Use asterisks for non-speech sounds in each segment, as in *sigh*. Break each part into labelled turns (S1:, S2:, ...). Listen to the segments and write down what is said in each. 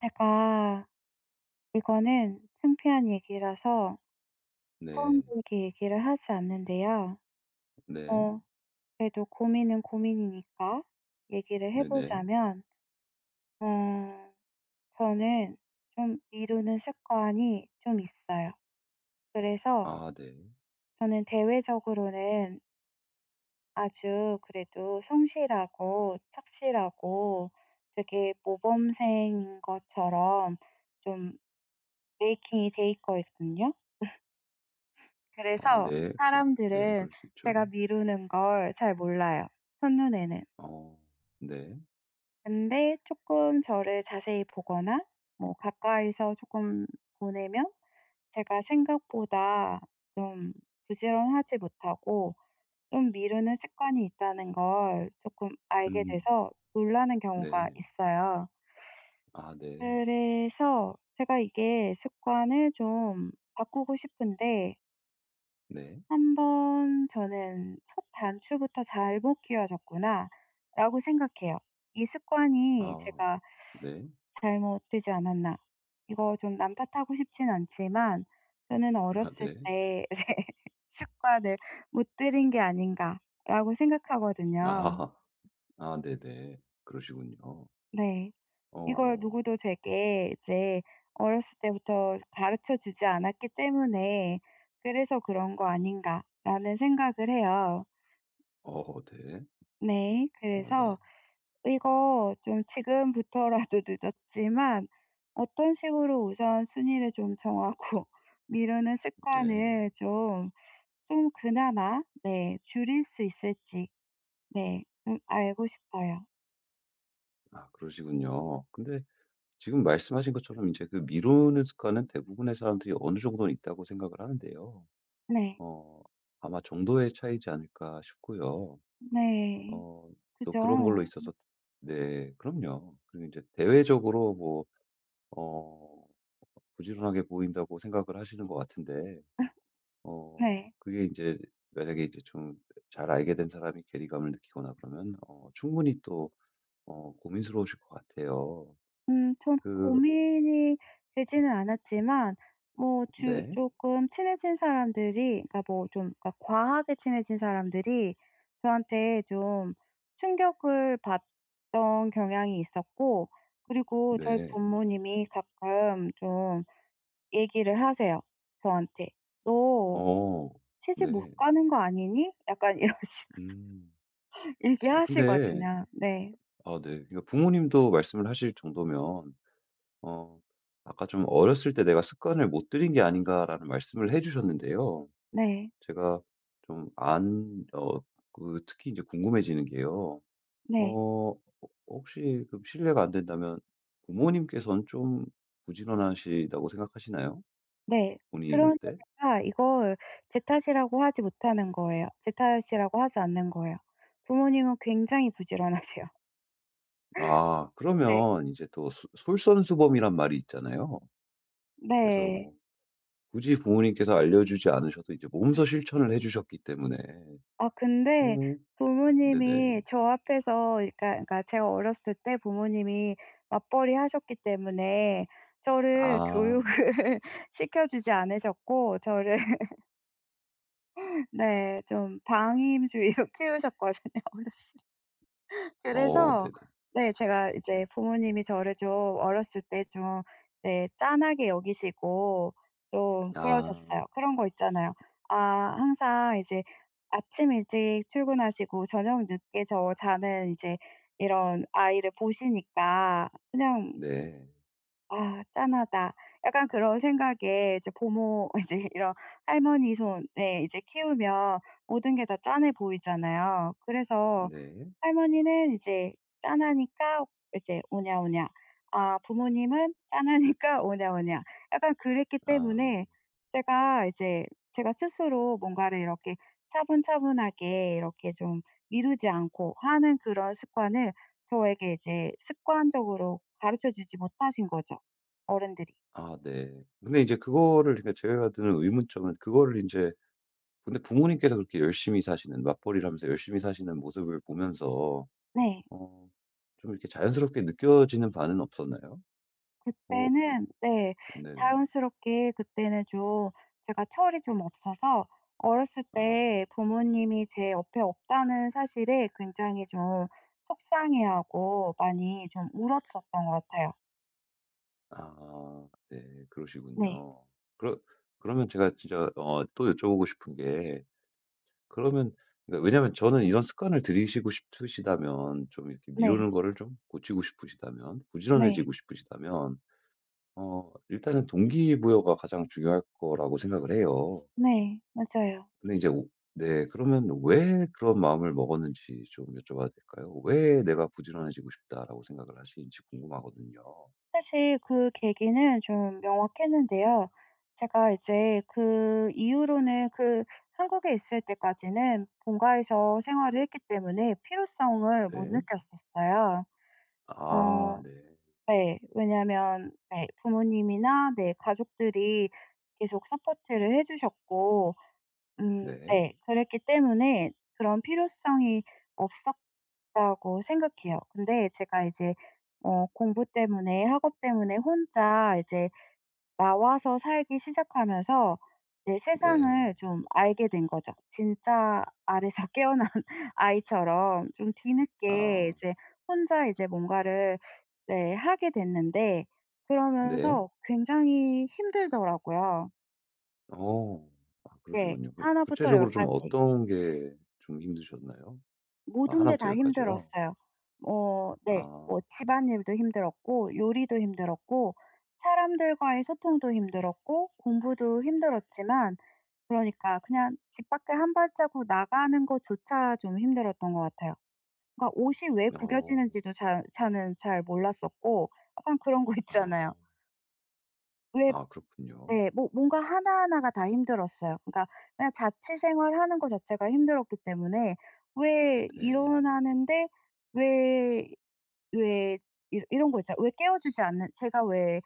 S1: 제가 이거는 창피한 얘기라서
S2: 네.
S1: 사람들에게 얘기를 하지 않는데요.
S2: 네.
S1: 어 그래도 고민은 고민이니까 얘기를 해
S2: 네네.
S1: 보자면 어 저는 좀 미루는 습관이 좀 있어요. 그래서
S2: 아 네.
S1: 저는 대외적으로는 아주 그래도 성실하고 착실하고 되게 모범생인 것처럼 좀 메이킹이 돼 있거든요.
S2: 아
S1: 그래서
S2: 네. 그 네.
S1: 사람들은
S2: 그럴 수 있죠.
S1: 제가 미루는 걸 잘 몰라요, 첫눈에는.
S2: 어. 네.
S1: 근데 조금 저를 자세히 보거나 뭐 가까이서 조금 보내면 제가 생각보다 좀 부지런하지 못하고 좀 미루는 습관이 있다는 걸 조금 알게
S2: 음.
S1: 돼서 놀라는 경우가
S2: 네.
S1: 있어요.
S2: 아 네.
S1: 그래서 제가 이게 습관을 좀 바꾸고 싶은데
S2: 네.
S1: '한번 저는 첫 단추부터 잘못 끼워졌구나.'라고 생각해요. 이 습관이
S2: 아.
S1: 제가
S2: 네.
S1: '잘못되지 않았나.' 이거 좀 남 탓하고 싶진 않지만 저는
S2: *laughs* 아
S1: '어렸을
S2: 네.
S1: 때 *laughs* 습관을 못 들인 게 아닌가.'라고 생각하거든요.
S2: 아. 아 네네. 그러시군요.
S1: 네. 이걸
S2: 어.
S1: 누구도 제게 이제 어렸을 때부터 가르쳐 주지 않았기 때문에 '그래서 그런 거 아닌가.'라는 생각을 해요.
S2: 어 네.
S1: 네.
S2: 어 네.
S1: 그래서 이거 좀 지금부터라도 *laughs* 늦었지만 어떤 식으로 우선순위를 좀 정하고 *laughs* 미루는
S2: 네.
S1: 습관을 좀 그나마 네, 줄일 수 있을지 네, 좀 알고 싶어요.
S2: 아 그러시군요. 근데 지금 말씀하신 것처럼 이제 그 미루는 습관은 대부분의 사람들이 어느 정도는 있다고 생각을 하는데요.
S1: 네.
S2: 어 아마 정도의 차이지 않을까 싶고요.
S1: 네.
S2: 어 또
S1: 그죠?
S2: 그런 걸로 있어서 네 그럼요. 그리고 이제 대외적으로 뭐 어 부지런하게 보인다고 생각을 하시는 것 같은데 어
S1: 네.
S2: 그게 이제 만약에 이제 좀 잘 알게 된 사람이 괴리감을 느끼거나 그러면 충분히 또 고민스러우실 것 같아요.
S1: 전
S2: 그
S1: 고민이 되지는 않았지만 뭐 주
S2: 네.
S1: 조금 친해진 사람들이 그러니까 뭐 좀 그러니까 과하게 친해진 사람들이 저한테 좀 충격을 받던 경향이 있었고 그리고 저희
S2: 네.
S1: 부모님이 가끔 좀 얘기를 하세요, 저한테. "너
S2: 어
S1: 시집 못
S2: 네.
S1: 가는 거 아니니?" 약간 이런 식으로
S2: 음.
S1: *laughs*
S2: 아 근데
S1: 얘기하시거든요. 네.
S2: 아 네. 그러니까 부모님도 말씀을 하실 정도면 어 아까 좀 '어렸을 때 내가 습관을 못 들인 게 아닌가.'라는 말씀을 해 주셨는데요.
S1: 네.
S2: 제가 좀 안 어 그 특히 이제 궁금해지는 게요.
S1: 네.
S2: 어 혹시 그 실례가 안 된다면 부모님께서는 좀 부지런하시다고 생각하시나요?
S1: 네.
S2: 본인이
S1: 그
S2: 볼
S1: 런니
S2: 때?
S1: 제가 이걸 제 탓이라고 하지 못하는 거예요. 제 탓이라고 하지 않는 거예요. 부모님은 굉장히 부지런하세요.
S2: 아
S1: 네.
S2: 그러면 이제 또 솔선수범이란 말이 있잖아요. 그래서
S1: 네.
S2: 뭐 굳이 부모님께서 알려주지 않으셔도 이제 몸소 실천을 해 주셨기 때문에
S1: 아 근데
S2: 어 네네.
S1: 부모님이 저 앞에서 그러니까 그러니까 제가 어렸을 때 부모님이 맞벌이 하셨기 때문에 저를 교육을
S2: 아.
S1: *laughs* 시켜 주지 않으셨고 저를 네 좀 방임주의로 *laughs* 키우셨거든요 어렸을
S2: 어
S1: 그래서
S2: 네네.
S1: 네 제가 이제 부모님이 저를 좀 어렸을 때 좀 네 짠하게 여기시고 좀
S2: 아
S1: 그러셨어요. 그런 거 있잖아요. 아 항상 이제 아침 일찍 출근하시고 저녁 늦게 저 자는 이제 이런 아이를 보시니까 그냥
S2: 네.
S1: '아 짠하다.' 약간 그런 생각에 이제 부모 *laughs* 이제 이런 할머니 손에 이제 키우면 모든 게 다 짠해 보이잖아요. 그래서
S2: 네.
S1: 할머니는 이제 짠하니까 이제 오냐오냐. 아 부모님은 짠하니까 *laughs* 오냐오냐. 약간 그랬기
S2: 아.
S1: 때문에 제가 이제 제가 스스로 뭔가를 이렇게 차분차분하게 이렇게 좀 미루지 않고 하는 그런 습관을 저에게 이제 습관적으로 가르쳐 주지 못하신 거죠. 어른들이.
S2: 아 네. 근데 이제 그거를 그러니까 제가 드는 의문점은 그거를 이제 근데 부모님께서 그렇게 열심히 사시는 맞벌이를 하면서 열심히 사시는 모습을 보면서
S1: 네.
S2: 어 좀 이렇게 자연스럽게 느껴지는 바는 없었나요? 어
S1: 그때는 네
S2: 네네.
S1: 자연스럽게 그때는 좀 제가 철이 좀 없어서 어렸을
S2: 아.
S1: 때 부모님이 제 옆에 없다는 사실에 굉장히 좀 속상해하고 많이 좀 울었었던 것 같아요.
S2: 아 네.
S1: 네.
S2: 그러시군요. 그러 그러면 제가 진짜 또 여쭤보고 싶은 게 그러면 그러니까 왜냐면 저는 이런 습관을 들이시고 싶으시다면 좀 이렇게
S1: 네.
S2: 미루는 거를 좀 고치고 싶으시다면
S1: 네.
S2: 부지런해지고 싶으시다면 일단은 동기부여가 가장 중요할 거라고 생각을 해요.
S1: 네. 맞아요.
S2: 근데 이제 오 네 그러면 왜 그런 마음을 먹었는지 좀 여쭤봐도 될까요? '왜 내가 부지런해지고 싶다.'라고 생각을 하시는지 궁금하거든요.
S1: 사실 그 계기는 좀 명확했는데요. 제가 이제 그 이후로는 그 한국에 있을 때까지는 본가에서 생활을 했기 때문에 필요성을 못
S2: 네.
S1: 느꼈었어요.
S2: 아
S1: 어
S2: 네.
S1: 네. 왜냐하면 네 부모님이나 네 가족들이 계속 서포트를 해 주셨고
S2: 네.
S1: 네. 그랬기 때문에 그런 필요성이 없었다고 생각해요. 근데 제가 이제 공부 때문에 학업 때문에 혼자 이제 나와서 살기 시작하면서 내
S2: 네.
S1: 세상을 좀 알게 된 거죠. 진짜 알에서 *laughs* 깨어난 아이처럼 좀 뒤늦게
S2: 아.
S1: 이제 혼자 이제 뭔가를 네 하게 됐는데
S2: 네.
S1: 그러면서 굉장히 힘들더라고요.
S2: 어. 아
S1: 네.
S2: 그러시군요. 그
S1: 나 부터 열
S2: 구체적으로 좀
S1: 까지.
S2: 어떤 게 좀 힘드셨나요? 아
S1: 모든
S2: 나
S1: 게
S2: 부터
S1: 다
S2: 열 까지요?
S1: 힘들었어요. 어 네.
S2: 아.
S1: 뭐 집안일도 힘들었고 요리도 힘들었고 사람들과의 소통도 힘들었고 공부도 힘들었지만 그러니까 그냥 집 밖에 한 발자국 나가는 것조차 좀 힘들었던 것 같아요. 그러니까 옷이 왜
S2: 어.
S1: 구겨지는지도 잘 저는 잘 몰랐었고 약간 그런 거
S2: 아.
S1: 있잖아요. 왜
S2: 아 그렇군요.
S1: 네. 뭐 뭔가 하나하나가 다 힘들었어요. 그러니까 그냥 자취 생활하는 거 자체가 힘들었기 때문에 왜
S2: 네.
S1: 일어나는데 왜 왜 이 이런 거 있잖아요. 왜 깨워주지 않는 제가 왜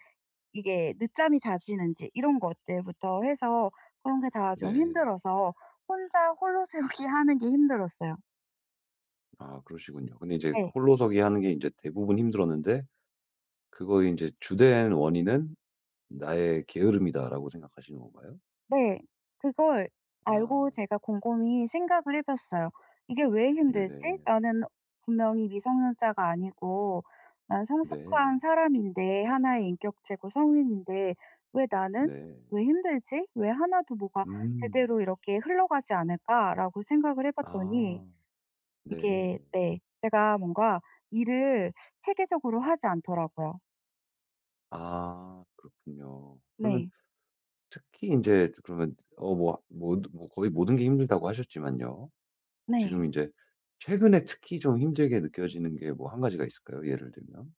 S1: 이게 늦잠이 자지는지 이런 것들부터 해서 그런 게 다 좀
S2: 네.
S1: 힘들어서 혼자 홀로 *laughs* 세우기 하는 게 힘들었어요.
S2: 아 그러시군요. 근데 이제
S1: 네.
S2: 홀로서기 하는 게 이제 대부분 힘들었는데 그거의 제 '주된 원인은 나의 게으름이다.'라고 생각하시는 건가요?
S1: 네. 그걸
S2: 아.
S1: 알고 제가 곰곰이 생각을 해 봤어요. '이게 왜 힘들지?
S2: 네네.
S1: 나는 분명히 미성년자가 아니고 난
S2: 네.
S1: 성숙한 사람인데, 하나의 인격체고 성인인데 왜 나는
S2: 네.
S1: 왜 힘들지? 왜 하나도 뭐가
S2: 음.
S1: 제대로 이렇게 흘러가지 않을까?'라고 생각을 해 봤더니
S2: 아. 네.
S1: 이게 네 제가 뭔가 일을 체계적으로 하지 않더라고요.
S2: 아 그렇군요. 그러면
S1: 네.
S2: 특히 인제 그러면 거의 모든 게 힘들다고 하셨지만요. 지금
S1: 네.
S2: 인제 최근에 특히 좀 힘들게 느껴지는 게 뭐 한 가지가 있을까요? 예를 들면?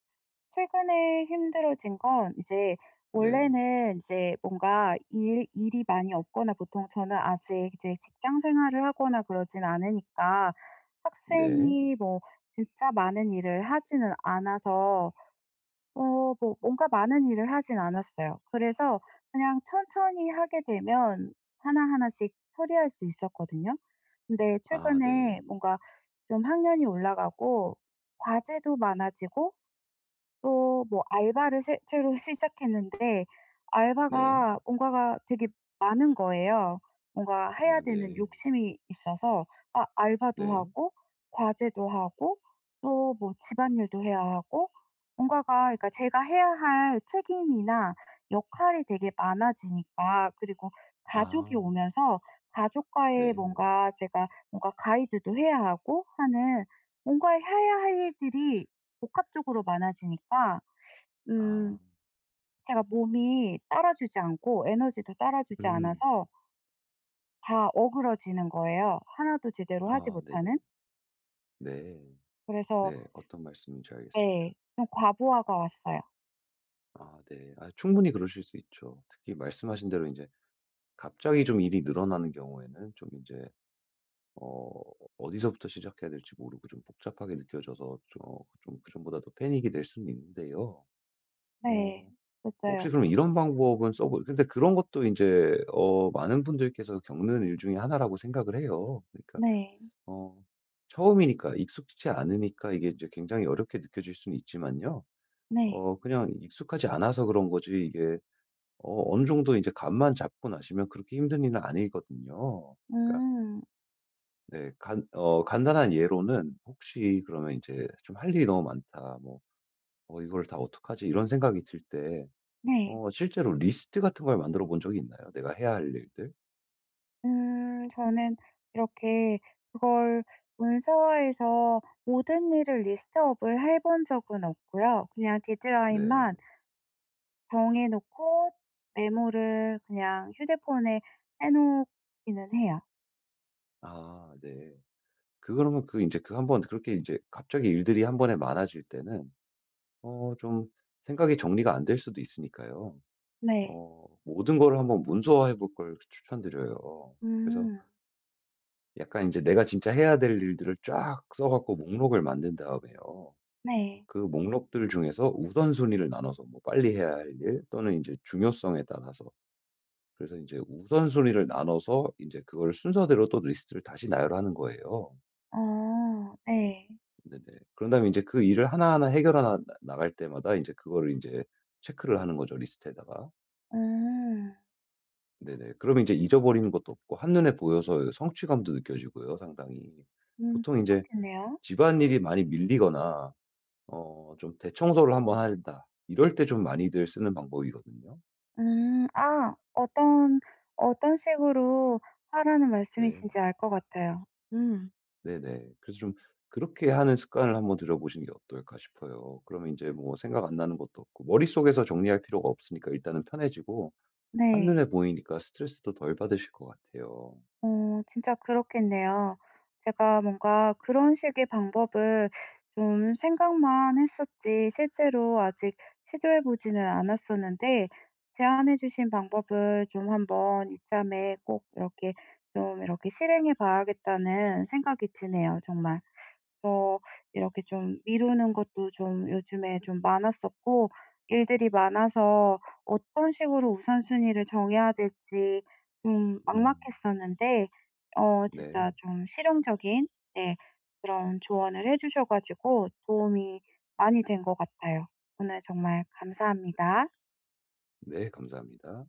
S1: 최근에 힘들어진 건 이제
S2: 네.
S1: 원래는 이제 뭔가 일 일이 많이 없거나 보통 저는 아직 이제 직장 생활을 하거나 그러진 않으니까
S2: 네.
S1: 학생이 뭐 진짜 많은 일을 하지는 않아서 뭐 뭔가 많은 일을 하진 않았어요. 그래서 그냥 천천히 하게 되면 하나하나씩 처리할 수 있었거든요. 근데
S2: 아 네.
S1: 최근에 뭔가 좀 학년이 올라가고 과제도 많아지고 또 뭐 알바를 새 새로 *laughs* 시작했는데
S2: 네.
S1: 알바가 뭔가가 되게 많은 거예요. 뭔가 해야
S2: 아
S1: 되는
S2: 네.
S1: 욕심이 있어서 아 알바도
S2: 네.
S1: 하고 과제도 하고 또 뭐 집안일도 해야 하고 뭔가가 그러니까 제가 해야 할 책임이나 역할이 되게 많아지니까 그리고 가족이
S2: 아
S1: 오면서 가족과의
S2: 네.
S1: 뭔가 제가 뭔가 가이드도 해야 하고 하는 뭔가 해야 할 일들이 복합적으로 많아지니까
S2: 아
S1: 음 제가 몸이 따라주지 않고 에너지도 따라주지
S2: 음.
S1: 않아서 다 어그러지는 거예요, 하나도 제대로 하지
S2: 아 네네.
S1: 못하는.
S2: 네. 네.
S1: 그래서
S2: 네. 어떤 말씀인지 알겠습니다.
S1: 네 좀 과부하가 왔어요.
S2: 아 네. 아 충분히 그러실 수 있죠. 특히 말씀하신 대로 인제 갑자기 좀 일이 늘어나는 경우에는 좀 인제 어 어디서부터 시작해야 될지 모르고 좀 복잡하게 느껴져서 좀 그전보다 더 패닉이 될 수는 있는데요.
S1: 네.
S2: 어 혹시
S1: 맞아요.
S2: 그럼 이런 방법은 써보 근데 그런 것도 이제 많은 분들께서 겪는 일 중에 하나라고 생각을 해요. 그러니까
S1: 네.
S2: 어 처음이니까 익숙치 않으니까 이게 이제 굉장히 어렵게 느껴질 수는 있지만요.
S1: 네.
S2: 그냥 익숙하지 않아서 그런 거지 이게 어 어느 정도 이제 감만 잡고 나시면 그렇게 힘든 일은 아니거든요. 그러니까
S1: 음.
S2: 네. 간 어 간단한 예로는 혹시 그러면 이제 좀 할 일이 너무 많다. 뭐 '어 이걸 다 어떡하지?' 이런 생각이 들 때
S1: 네.
S2: 실제로 리스트 같은 걸 만들어 본 적이 있나요? 내가 해야 할 일들?
S1: 저는 이렇게 그걸 문서화해서 모든 일을 리스트업을 해본 적은 없고요. 그냥
S2: 네.
S1: 데드라인만 정해 놓고 메모를 그냥 휴대폰에 해 놓기는 해요.
S2: 아 네. 그 그러면 그 이제 그 한 번 그렇게 이제 갑자기 일들이 한 번에 많아질 때는 좀 생각이 정리가 안 될 수도 있으니까요.
S1: 네.
S2: 모든 거를 한번 문서화해 볼 걸 추천드려요. 그래서
S1: 음.
S2: 약간 이제 내가 진짜 해야 될 일들을 쫙 써 갖고 목록을 만든 다음에요.
S1: 네.
S2: 그 목록들 중에서 우선순위를 나눠서 뭐 빨리 해야 할 일 또는 이제 중요성에 따라서 그래서 이제 우선순위를 나눠서 이제 그걸 순서대로 또 리스트를 다시 나열하는 거예요.
S1: 어 네.
S2: 네네. 그런 다음에 이제 그 일을 하나하나 해결하 나 나갈 때마다 이제 그거를 체크를 하는 거죠, 리스트에다가.
S1: 음.
S2: 네네. 그러면 이제 잊어버리는 것도 없고 한눈에 보여서 성취감도 느껴지고요, 상당히. 보통 이제
S1: 그렇겠네요.
S2: 집안일이 많이 밀리거나 좀 대청소를 한번 한다 이럴 때 좀 많이들 쓰는 방법이거든요.
S1: 음. 아 어떤 식으로 하라는
S2: 네.
S1: 말씀이신지 알 것 같아요. 음.
S2: 네네. 그래서 좀 그렇게 하는 습관을 한번 들여보시는 게 어떨까 싶어요. 그러면 이제 뭐 생각 안 나는 것도 없고 머릿속에서 정리할 필요가 없으니까 일단은 편해지고
S1: 네.
S2: 한눈에 보이니까 스트레스도 덜 받으실 것 같아요.
S1: 진짜 그렇겠네요. 제가 뭔가 그런 식의 방법을 좀 생각만 했었지 실제로 아직 시도해 보지는 않았었는데 제안해 주신 방법을 좀 한번 이참에 꼭 이렇게 좀 이렇게 실행해 봐야겠다는 생각이 드네요 정말. 그래서 이렇게 좀 미루는 것도 좀 요즘에 좀 많았었고 일들이 많아서 어떤 식으로 우선순위를 정해야 될지 좀
S2: 음.
S1: 막막했었는데 진짜
S2: 네.
S1: 좀 실용적인 네 그런 조언을 해 주셔 가지고 도움이 많이 된 것 같아요. 오늘 정말 감사합니다.
S2: 네 감사합니다.